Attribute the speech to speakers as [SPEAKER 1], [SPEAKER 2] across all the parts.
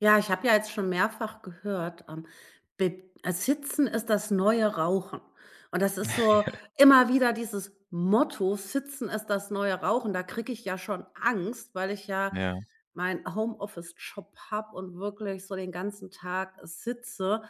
[SPEAKER 1] Ja, ich habe ja jetzt schon mehrfach gehört, be Sitzen ist das neue Rauchen. Und das ist so immer wieder dieses Motto: „Sitzen ist das neue Rauchen." Da kriege ich ja schon Angst, weil ich ja
[SPEAKER 2] Ja.
[SPEAKER 1] meinen Homeoffice-Job habe und wirklich so den ganzen Tag sitze.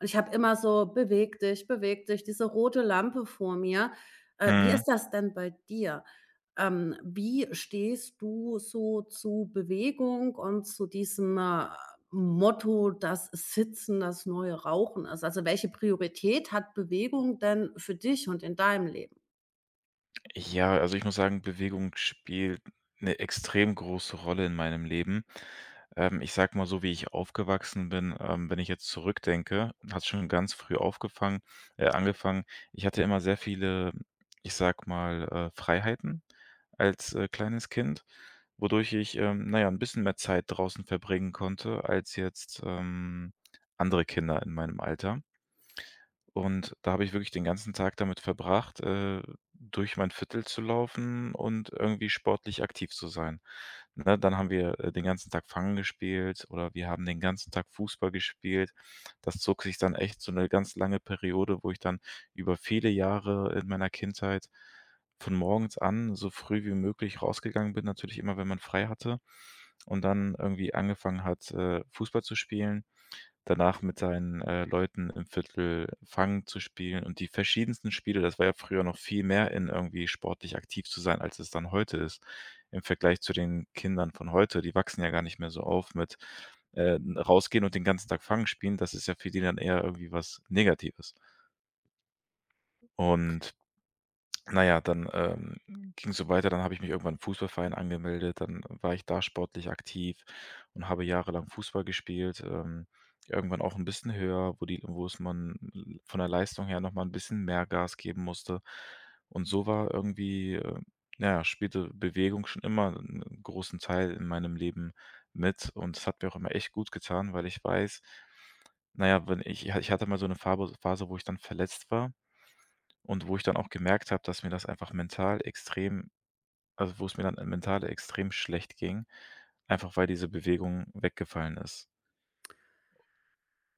[SPEAKER 1] Und ich habe immer so: „Beweg dich, beweg dich", diese rote Lampe vor mir. Wie
[SPEAKER 2] Mhm.
[SPEAKER 1] ist das denn bei dir? Wie stehst du so zu Bewegung und zu diesem, Motto: „Das Sitzen, das neue Rauchen" ist. Also, welche Priorität hat Bewegung denn für dich und in deinem Leben?
[SPEAKER 2] Ja, also ich muss sagen, Bewegung spielt eine extrem große Rolle in meinem Leben. Ich sage mal so, wie ich aufgewachsen bin, wenn ich jetzt zurückdenke, hat schon ganz früh aufgefangen angefangen. Ich hatte immer sehr viele, ich sage mal, Freiheiten als, kleines Kind, wodurch ich, na ja, bisschen mehr Zeit draußen verbringen konnte als jetzt, andere Kinder in meinem Alter. Und da habe ich wirklich den ganzen Tag damit verbracht, durch mein Viertel zu laufen und irgendwie sportlich aktiv zu sein. Ne, dann haben wir, den ganzen Tag Fangen gespielt oder wir haben den ganzen Tag Fußball gespielt. Das zog sich dann echt so 'ne ganz lange Periode, wo ich dann über viele Jahre in meiner Kindheit von morgens an so früh wie möglich rausgegangen bin, natürlich immer, wenn man frei hatte und dann irgendwie angefangen hat, Fußball zu spielen, danach mit seinen, Leuten im Viertel Fang zu spielen und die verschiedensten Spiele. Das war ja früher noch viel mehr in irgendwie sportlich aktiv zu sein, als es dann heute ist im Vergleich zu den Kindern von heute. Die wachsen ja gar nicht mehr so auf mit, rausgehen und den ganzen Tag Fang spielen. Das ist ja für die dann eher irgendwie was Negatives. Und na ja, dann, ging es so weiter. Dann habe ich mich irgendwann im Fußballverein angemeldet. Dann war ich da sportlich aktiv und habe jahrelang Fußball gespielt. Irgendwann auch ein bisschen höher, wo es man l von der Leistung her noch mal 'n bisschen mehr Gas geben musste. Und so war irgendwie, na ja, spielte Bewegung schon immer einen großen Teil in meinem Leben mit. Und es hat mir auch immer echt gut getan, weil ich weiß, na ja, wenn ich hatte mal so eine Phabo Phase, wo ich dann verletzt war. Und wo ich dann auch gemerkt habe, dass mir das einfach mental extrem also, wo es mir dann mental extrem schlecht ging, einfach weil diese Bewegung weggefallen ist.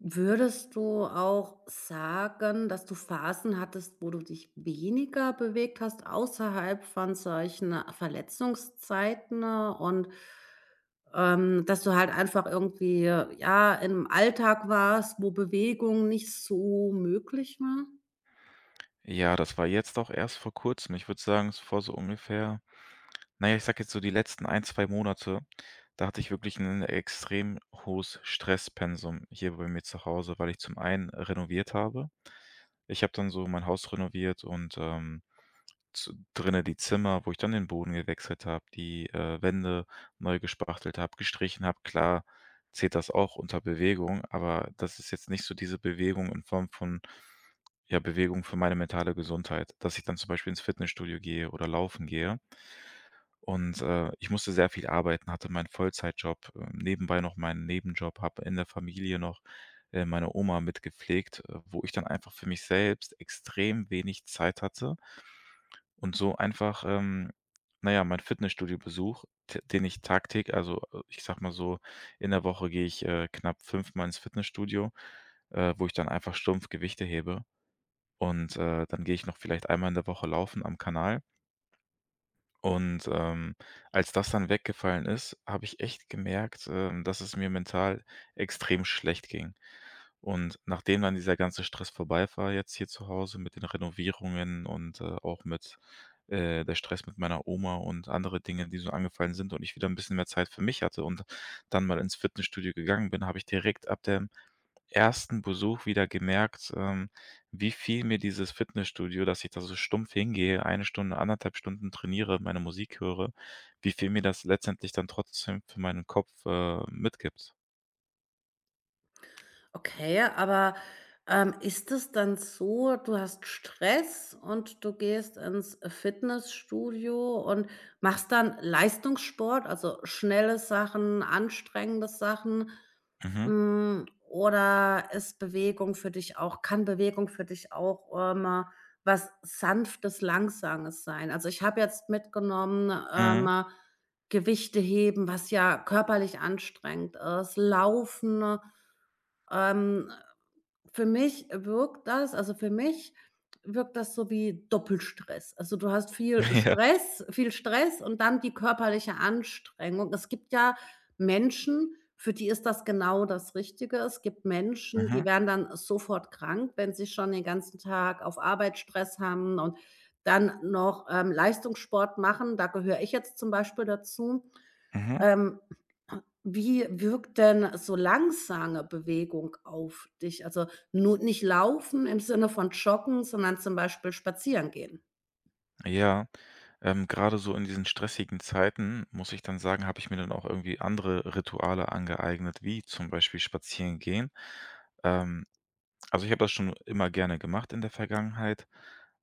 [SPEAKER 1] Würdest du auch sagen, dass du Phasen hattest, wo du dich weniger bewegt hast außerhalb von solchen Verletzungszeiten und, dass du halt einfach irgendwie, ja, im Alltag warst, wo Bewegung nicht so möglich war?
[SPEAKER 2] Ja, das war jetzt auch erst vor Kurzem. Ich würde sagen, es vor so ungefähr na ja, ich sage jetzt so die letzten ein 2 Monate, da hatte ich wirklich ein extrem hohes Stresspensum hier bei mir zu Hause, weil ich zum einen renoviert habe. Ich habe dann so mein Haus renoviert und, zu drinnen die Zimmer, wo ich dann den Boden gewechselt habe, die, Wände neu gespachtelt habe, gestrichen habe. Klar zählt das auch unter Bewegung, aber das ist jetzt nicht so diese Bewegung in Form von, ja, Bewegung für meine mentale Gesundheit, dass ich dann zum Beispiel ins Fitnessstudio gehe oder laufen gehe. Und, ich musste sehr viel arbeiten, hatte meinen Vollzeitjob, nebenbei noch meinen Nebenjob, habe in der Familie noch, meine Oma mitgepflegt, wo ich dann einfach für mich selbst extrem wenig Zeit hatte, und so einfach, na ja, mein Fitnessstudio-Besuch, d den ich tagtäglich also, ich sage mal so, in der Woche gehe ich, knapp fünfmal ins Fitnessstudio, wo ich dann einfach stumpf Gewichte hebe und, dann gehe ich noch vielleicht einmal in der Woche laufen am Kanal. Und, als das dann weggefallen ist, habe ich echt gemerkt, dass es mir mental extrem schlecht ging. Und nachdem dann dieser ganze Stress vorbei war jetzt hier zu Hause mit den Renovierungen und, auch mit, der Stress mit meiner Oma und andere Dinge, die so angefallen sind und ich wieder ein bisschen mehr Zeit für mich hatte und dann mal ins Fitnessstudio gegangen bin, habe ich direkt ab der ersten Besuch wieder gemerkt, wie viel mir dieses Fitnessstudio, dass ich da so stumpf hingehe, eine Stunde, anderthalb Stunden trainiere, meine Musik höre, wie viel mir das letztendlich dann trotzdem für meinen Kopf, mitgibt.
[SPEAKER 1] Okay, aber, ist es dann so, du hast Stress und du gehst ins Fitnessstudio und machst dann Leistungssport, also schnelle Sachen, anstrengende Sachen,
[SPEAKER 2] Mhm.
[SPEAKER 1] hm, oder ist Bewegung für dich auch kann Bewegung für dich auch immer was Sanftes, Langsames sein? Also, ich habe jetzt mitgenommen,
[SPEAKER 2] Mhm.
[SPEAKER 1] Gewichte heben, was ja körperlich anstrengend ist, Laufen, ähm, für mich wirkt das so wie Doppelstress. Also, du hast viel
[SPEAKER 2] Ja.
[SPEAKER 1] Stress viel Stress und dann die körperliche Anstrengung. Es gibt ja Menschen, für die ist das genau das Richtige. Es gibt Menschen,
[SPEAKER 2] Mhm.
[SPEAKER 1] die werden dann sofort krank, wenn sie schon den ganzen Tag auf Arbeit Stress haben und dann noch, Leistungssport machen. Da gehöre ich jetzt zum Beispiel dazu.
[SPEAKER 2] Mhm.
[SPEAKER 1] Ähm, wie wirkt denn so langsame Bewegung auf dich? Also, nur nicht Laufen im Sinne von Joggen, sondern zum Beispiel spazieren gehen?
[SPEAKER 2] Ja. Grade so in diesen stressigen Zeiten, muss ich dann sagen, habe ich mir dann auch irgendwie andere Rituale angeeignet, wie zum Beispiel spazieren gehen. Ähm Also, ich habe das schon immer gerne gemacht in der Vergangenheit,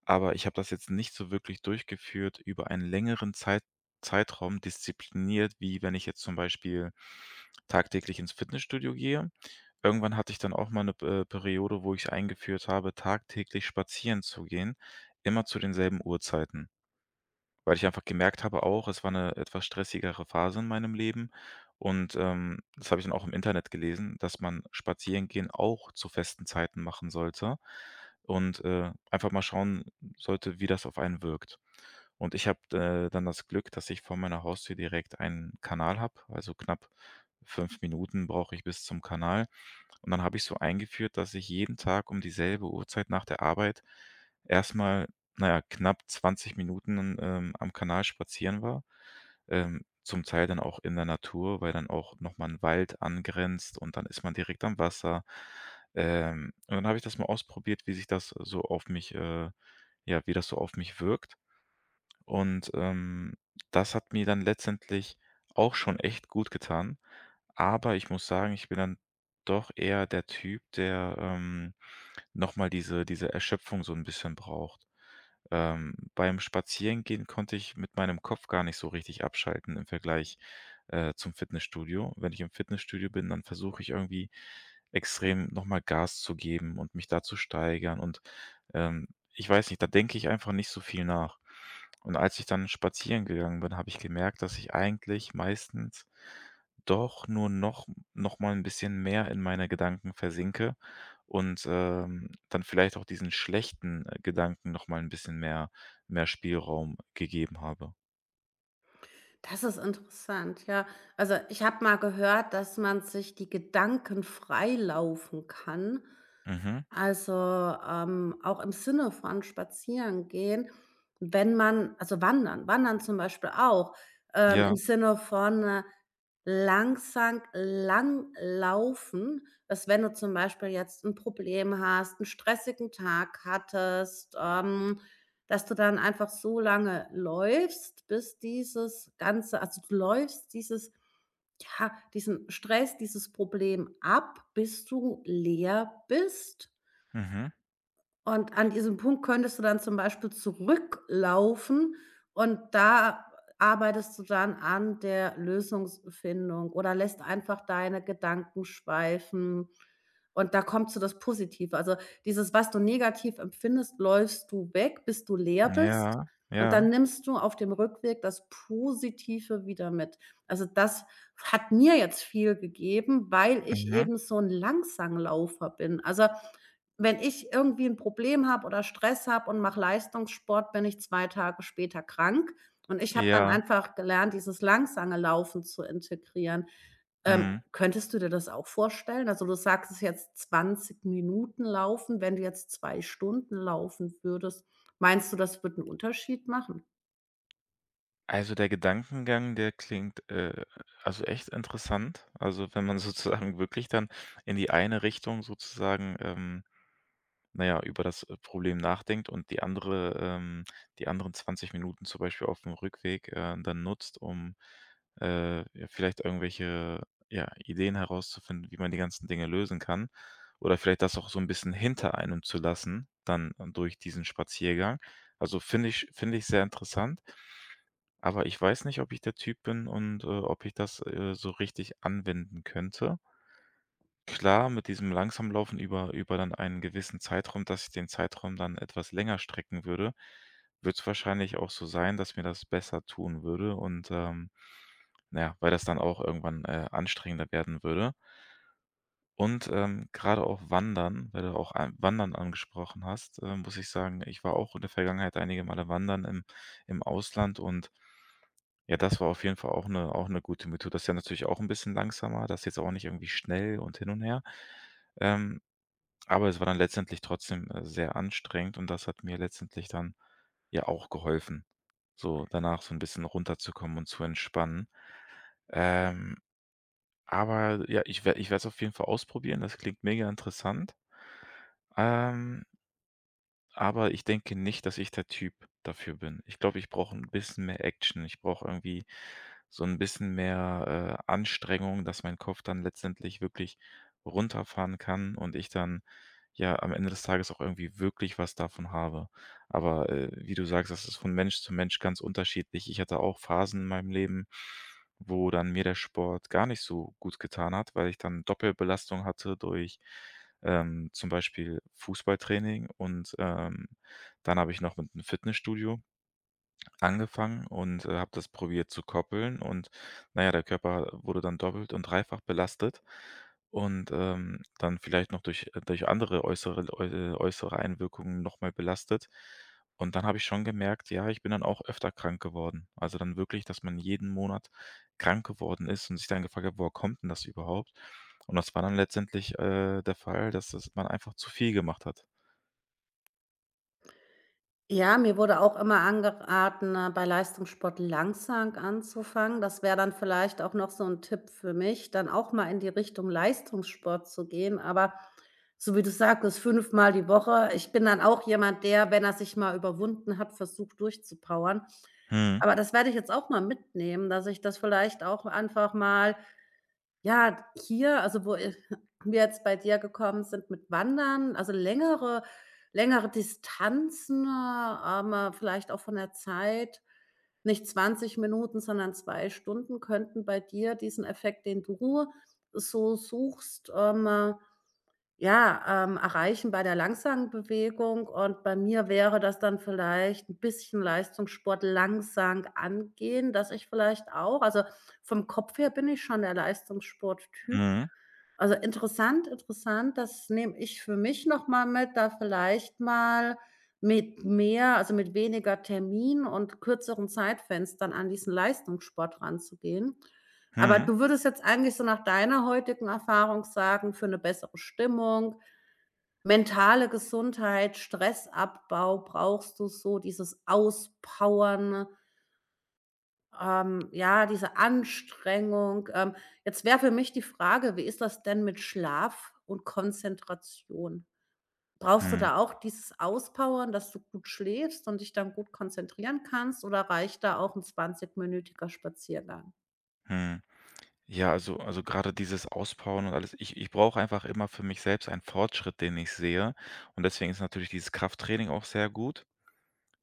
[SPEAKER 2] aber ich habe das jetzt nicht so wirklich durchgeführt über einen längeren Zeitraum diszipliniert, wie wenn ich jetzt zum Beispiel tagtäglich ins Fitnessstudio gehe. Irgendwann hatte ich dann auch mal eine Periode, wo ich eingeführt habe, tagtäglich spazieren zu gehen, immer zu denselben Uhrzeiten. Weil ich einfach gemerkt habe auch, es war eine etwas stressigere Phase in meinem Leben und, das habe ich dann auch im Internet gelesen, dass man Spazierengehen auch zu festen Zeiten machen sollte und, einfach mal schauen sollte, wie das auf einen wirkt. Und ich habe, dann das Glück, dass ich vor meiner Haustür direkt einen Kanal habe, also knapp 5 Minuten brauche ich bis zum Kanal. Und dann habe ich so eingeführt, dass ich jeden Tag um dieselbe Uhrzeit nach der Arbeit erstmal, naja, knapp 20 Minuten, am Kanal spazieren war. Zum Teil dann auch in der Natur, weil dann auch nochmal ein Wald angrenzt und dann ist man direkt am Wasser. Und dann habe ich das mal ausprobiert, wie sich das so auf mich, ja, wie das so auf mich wirkt. Und, das hat mir dann letztendlich auch schon echt gut getan. Aber ich muss sagen, ich bin dann doch eher der Typ, der, noch diese Erschöpfung so ein bisschen braucht. Beim Spazierengehen konnte ich mit meinem Kopf gar nicht so richtig abschalten im Vergleich, zum Fitnessstudio. Wenn ich im Fitnessstudio bin, dann versuche ich irgendwie extrem nochmal Gas zu geben und mich da zu steigern und, ähm, ich weiß nicht, da denke ich einfach nicht so viel nach. Und als ich dann spazieren gegangen bin, habe ich gemerkt, dass ich eigentlich meistens doch nur noch noch mal ein bisschen mehr in meine Gedanken versinke und, dann vielleicht auch diesen schlechten, Gedanken noch mal ein bisschen mehr mehr Spielraum gegeben habe.
[SPEAKER 1] Das ist interessant, ja. Also, ich habe mal gehört, dass man sich die Gedanken freilaufen kann.
[SPEAKER 2] Mhm.
[SPEAKER 1] Also, auch im Sinne von Spazieren gehen, wenn man also, Wandern zum Beispiel auch,
[SPEAKER 2] Ja.
[SPEAKER 1] im Sinne von, langsam lang laufen, dass wenn du zum Beispiel jetzt ein Problem hast, einen stressigen Tag hattest, dass du dann einfach so lange läufst, bis dieses Ganze also, du läufst dieses ja, diesen Stress, dieses Problem ab, bis du leer bist.
[SPEAKER 2] Mhm.
[SPEAKER 1] Und an diesem Punkt könntest du dann zum Beispiel zurücklaufen und da arbeitest du dann an der Lösungsfindung oder lässt einfach deine Gedanken schweifen und da kommt so das Positive. Also, dieses, was du negativ empfindest, läufst du weg, bis du leer bist
[SPEAKER 2] Ja.
[SPEAKER 1] und
[SPEAKER 2] Ja.
[SPEAKER 1] dann nimmst du auf dem Rückweg das Positive wieder mit. Also, das hat mir jetzt viel gegeben, weil ich
[SPEAKER 2] Mhm.
[SPEAKER 1] eben so 'n Langsangläufer bin. Also wenn ich irgendwie ein Problem habe oder Stress habe und mache Leistungssport, bin ich 2 Tage später krank. Und ich habe dann
[SPEAKER 2] Ja.
[SPEAKER 1] einfach gelernt, dieses langsame Laufen zu integrieren. Ähm,
[SPEAKER 2] Mhm.
[SPEAKER 1] könntest du dir das auch vorstellen? Also, du sagst es jetzt 20 Minuten laufen, wenn du jetzt 2 Stunden laufen würdest. Meinst du, das wird einen Unterschied machen?
[SPEAKER 2] Also, der Gedankengang, der klingt, also, echt interessant. Also, wenn man sozusagen wirklich dann in die eine Richtung sozusagen, naja, über das, Problem nachdenkt und die andere die anderen 20 Minuten zum Beispiel auf dem Rückweg, dann nutzt, um, ja, vielleicht irgendwelche, ja, Ideen herauszufinden, wie man die ganzen Dinge lösen kann. Oder vielleicht das auch so ein bisschen hinter einem zu lassen, dann durch diesen Spaziergang. Also, finde ich sehr interessant. Aber ich weiß nicht, ob ich der Typ bin und, ob ich das, so richtig anwenden könnte. Klar, mit diesem langsam Laufen über dann einen gewissen Zeitraum, dass ich den Zeitraum dann etwas länger strecken würde, wird es wahrscheinlich auch so sein, dass mir das besser tun würde und, na ja, weil das dann auch irgendwann, anstrengender werden würde. Und, grade auch Wandern, weil du auch a Wandern angesprochen hast, muss ich sagen, ich war auch in der Vergangenheit einige Male wandern im im Ausland und ja, das war auf jeden Fall auch eine gute Methode. Das ist ja natürlich auch ein bisschen langsamer, das ist jetzt auch nicht irgendwie schnell und hin und her. Ähm, aber es war dann letztendlich trotzdem, sehr anstrengend und das hat mir letztendlich dann ja auch geholfen, so danach so ein bisschen runterzukommen und zu entspannen. Ähm, aber ja, ich werde es auf jeden Fall ausprobieren. Das klingt mega interessant. Ähm, aber ich denke nicht, dass ich der Typ dafür bin. Ich glaube, ich brauche ein bisschen mehr Action. Ich brauche irgendwie so ein bisschen mehr, Anstrengung, dass mein Kopf dann letztendlich wirklich runterfahren kann und ich dann ja am Ende des Tages auch irgendwie wirklich was davon habe. Aber, wie du sagst, das ist von Mensch zu Mensch ganz unterschiedlich. Ich hatte auch Phasen in meinem Leben, wo dann mir der Sport gar nicht so gut getan hat, weil ich dann Doppelbelastung hatte durch, zum Beispiel Fußballtraining und, dann habe ich noch mit einem Fitnessstudio angefangen und, habe das probiert zu koppeln und naja, der Körper wurde dann doppelt und dreifach belastet und, dann vielleicht noch durch durch andere äußere äu äußere Einwirkungen noch mal belastet. Und dann habe ich schon gemerkt, ja, ich bin dann auch öfter krank geworden. Also, dann wirklich, dass man jeden Monat krank geworden ist und sich dann gefragt hat: „Woher kommt denn das überhaupt?“ Und das war dann letztendlich, der Fall, dass das man einfach zu viel gemacht hat.
[SPEAKER 1] Ja, mir wurde auch immer angeraten, bei Leistungssport langsam anzufangen. Das wäre dann vielleicht auch noch so ein Tipp für mich, dann auch mal in die Richtung Leistungssport zu gehen. Aber so wie du sagtest, fünfmal die Woche ich bin dann auch jemand, der, wenn er sich mal überwunden hat, versucht durchzupowern.
[SPEAKER 2] Mhm.
[SPEAKER 1] Aber das werde ich jetzt auch mal mitnehmen, dass ich das vielleicht auch einfach mal ja, hier, also wo i wir jetzt bei dir gekommen sind mit Wandern, also längere Distanzen, aber vielleicht auch von der Zeit, nicht 20 Minuten, sondern 2 Stunden könnten bei dir diesen Effekt, den du so suchst, ja, erreichen bei der langsamen Bewegung und bei mir wäre das dann vielleicht ein bisschen Leistungssport langsam angehen, dass ich vielleicht auch also, vom Kopf her bin ich schon der Leistungssporttyp.
[SPEAKER 2] Mhm.
[SPEAKER 1] Also, interessant, interessant, das nehme ich für mich noch mal mit, da vielleicht mal mit mehr also, mit weniger Termin und kürzeren Zeitfenstern an diesen Leistungssport ranzugehen. Aber
[SPEAKER 2] Mhm.
[SPEAKER 1] du würdest jetzt eigentlich so nach deiner heutigen Erfahrung sagen, für eine bessere Stimmung Mentale Gesundheit, Stressabbau brauchst du so, dieses Auspowern, ja, diese Anstrengung. Jetzt wäre für mich die Frage, wie ist das denn mit Schlaf und Konzentration? Brauchst du
[SPEAKER 2] Mhm.
[SPEAKER 1] da auch dieses Auspowern, dass du gut schläfst und dich dann gut konzentrieren kannst oder reicht da auch 'n 20-minütiger Spaziergang?
[SPEAKER 2] Mhm. Ja, also gerade dieses Auspowern und alles. Ich brauche einfach immer für mich selbst einen Fortschritt, den ich sehe. Und deswegen ist natürlich dieses Krafttraining auch sehr gut,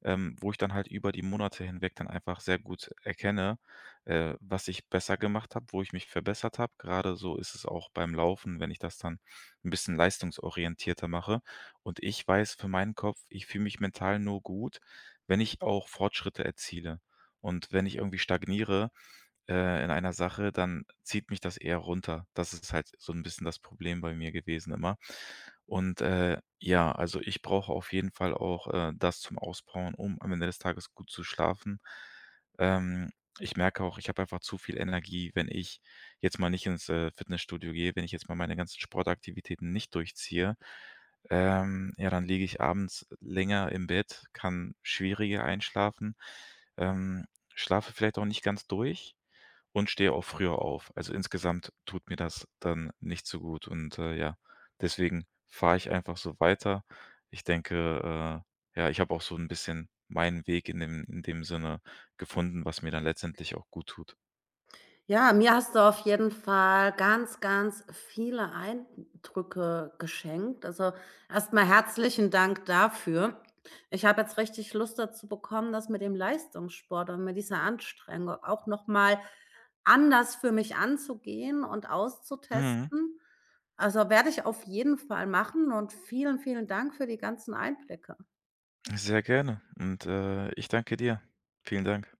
[SPEAKER 2] wo ich dann halt über die Monate hinweg dann einfach sehr gut erkenne, was ich besser gemacht habe, wo ich mich verbessert habe. Gerade so ist es auch beim Laufen, wenn ich das dann ein bisschen leistungsorientierter mache. Und ich weiß für meinen Kopf, ich fühle mich mental nur gut, wenn ich auch Fortschritte erziele. Und wenn ich irgendwie stagniere in einer Sache, dann zieht mich das eher runter. Das ist halt so 'n bisschen das Problem bei mir gewesen immer. Und, ja, also, ich brauche auf jeden Fall auch, das zum Auspowern, um am Ende des Tages gut zu schlafen. Ähm, ich merke auch, ich habe einfach zu viel Energie, wenn ich jetzt mal nicht ins, Fitnessstudio gehe, wenn ich jetzt mal meine ganzen Sportaktivitäten nicht durchziehe, ja, dann liege ich abends länger im Bett, kann schwieriger einschlafen, ähm, schlafe vielleicht auch nicht ganz durch und stehe auch früher auf. Also, insgesamt tut mir das dann nicht so gut und, ja, deswegen fahre ich einfach so weiter. Ich denke, ja, ich habe auch so ein bisschen meinen Weg in dem Sinne gefunden, was mir dann letztendlich auch guttut.
[SPEAKER 1] Ja, mir hast du auf jeden Fall ganz, ganz viele Eindrücke geschenkt. Also, erstmal herzlichen Dank dafür. Ich habe jetzt richtig Lust dazu bekommen, das mit dem Leistungssport und mit dieser Anstrengung auch noch mal anders für mich anzugehen und
[SPEAKER 2] Mhm.
[SPEAKER 1] auszutesten. Also, werde ich auf jeden Fall machen und vielen, vielen Dank für die ganzen Einblicke.
[SPEAKER 2] Sehr gerne und, ich danke dir. Vielen Dank.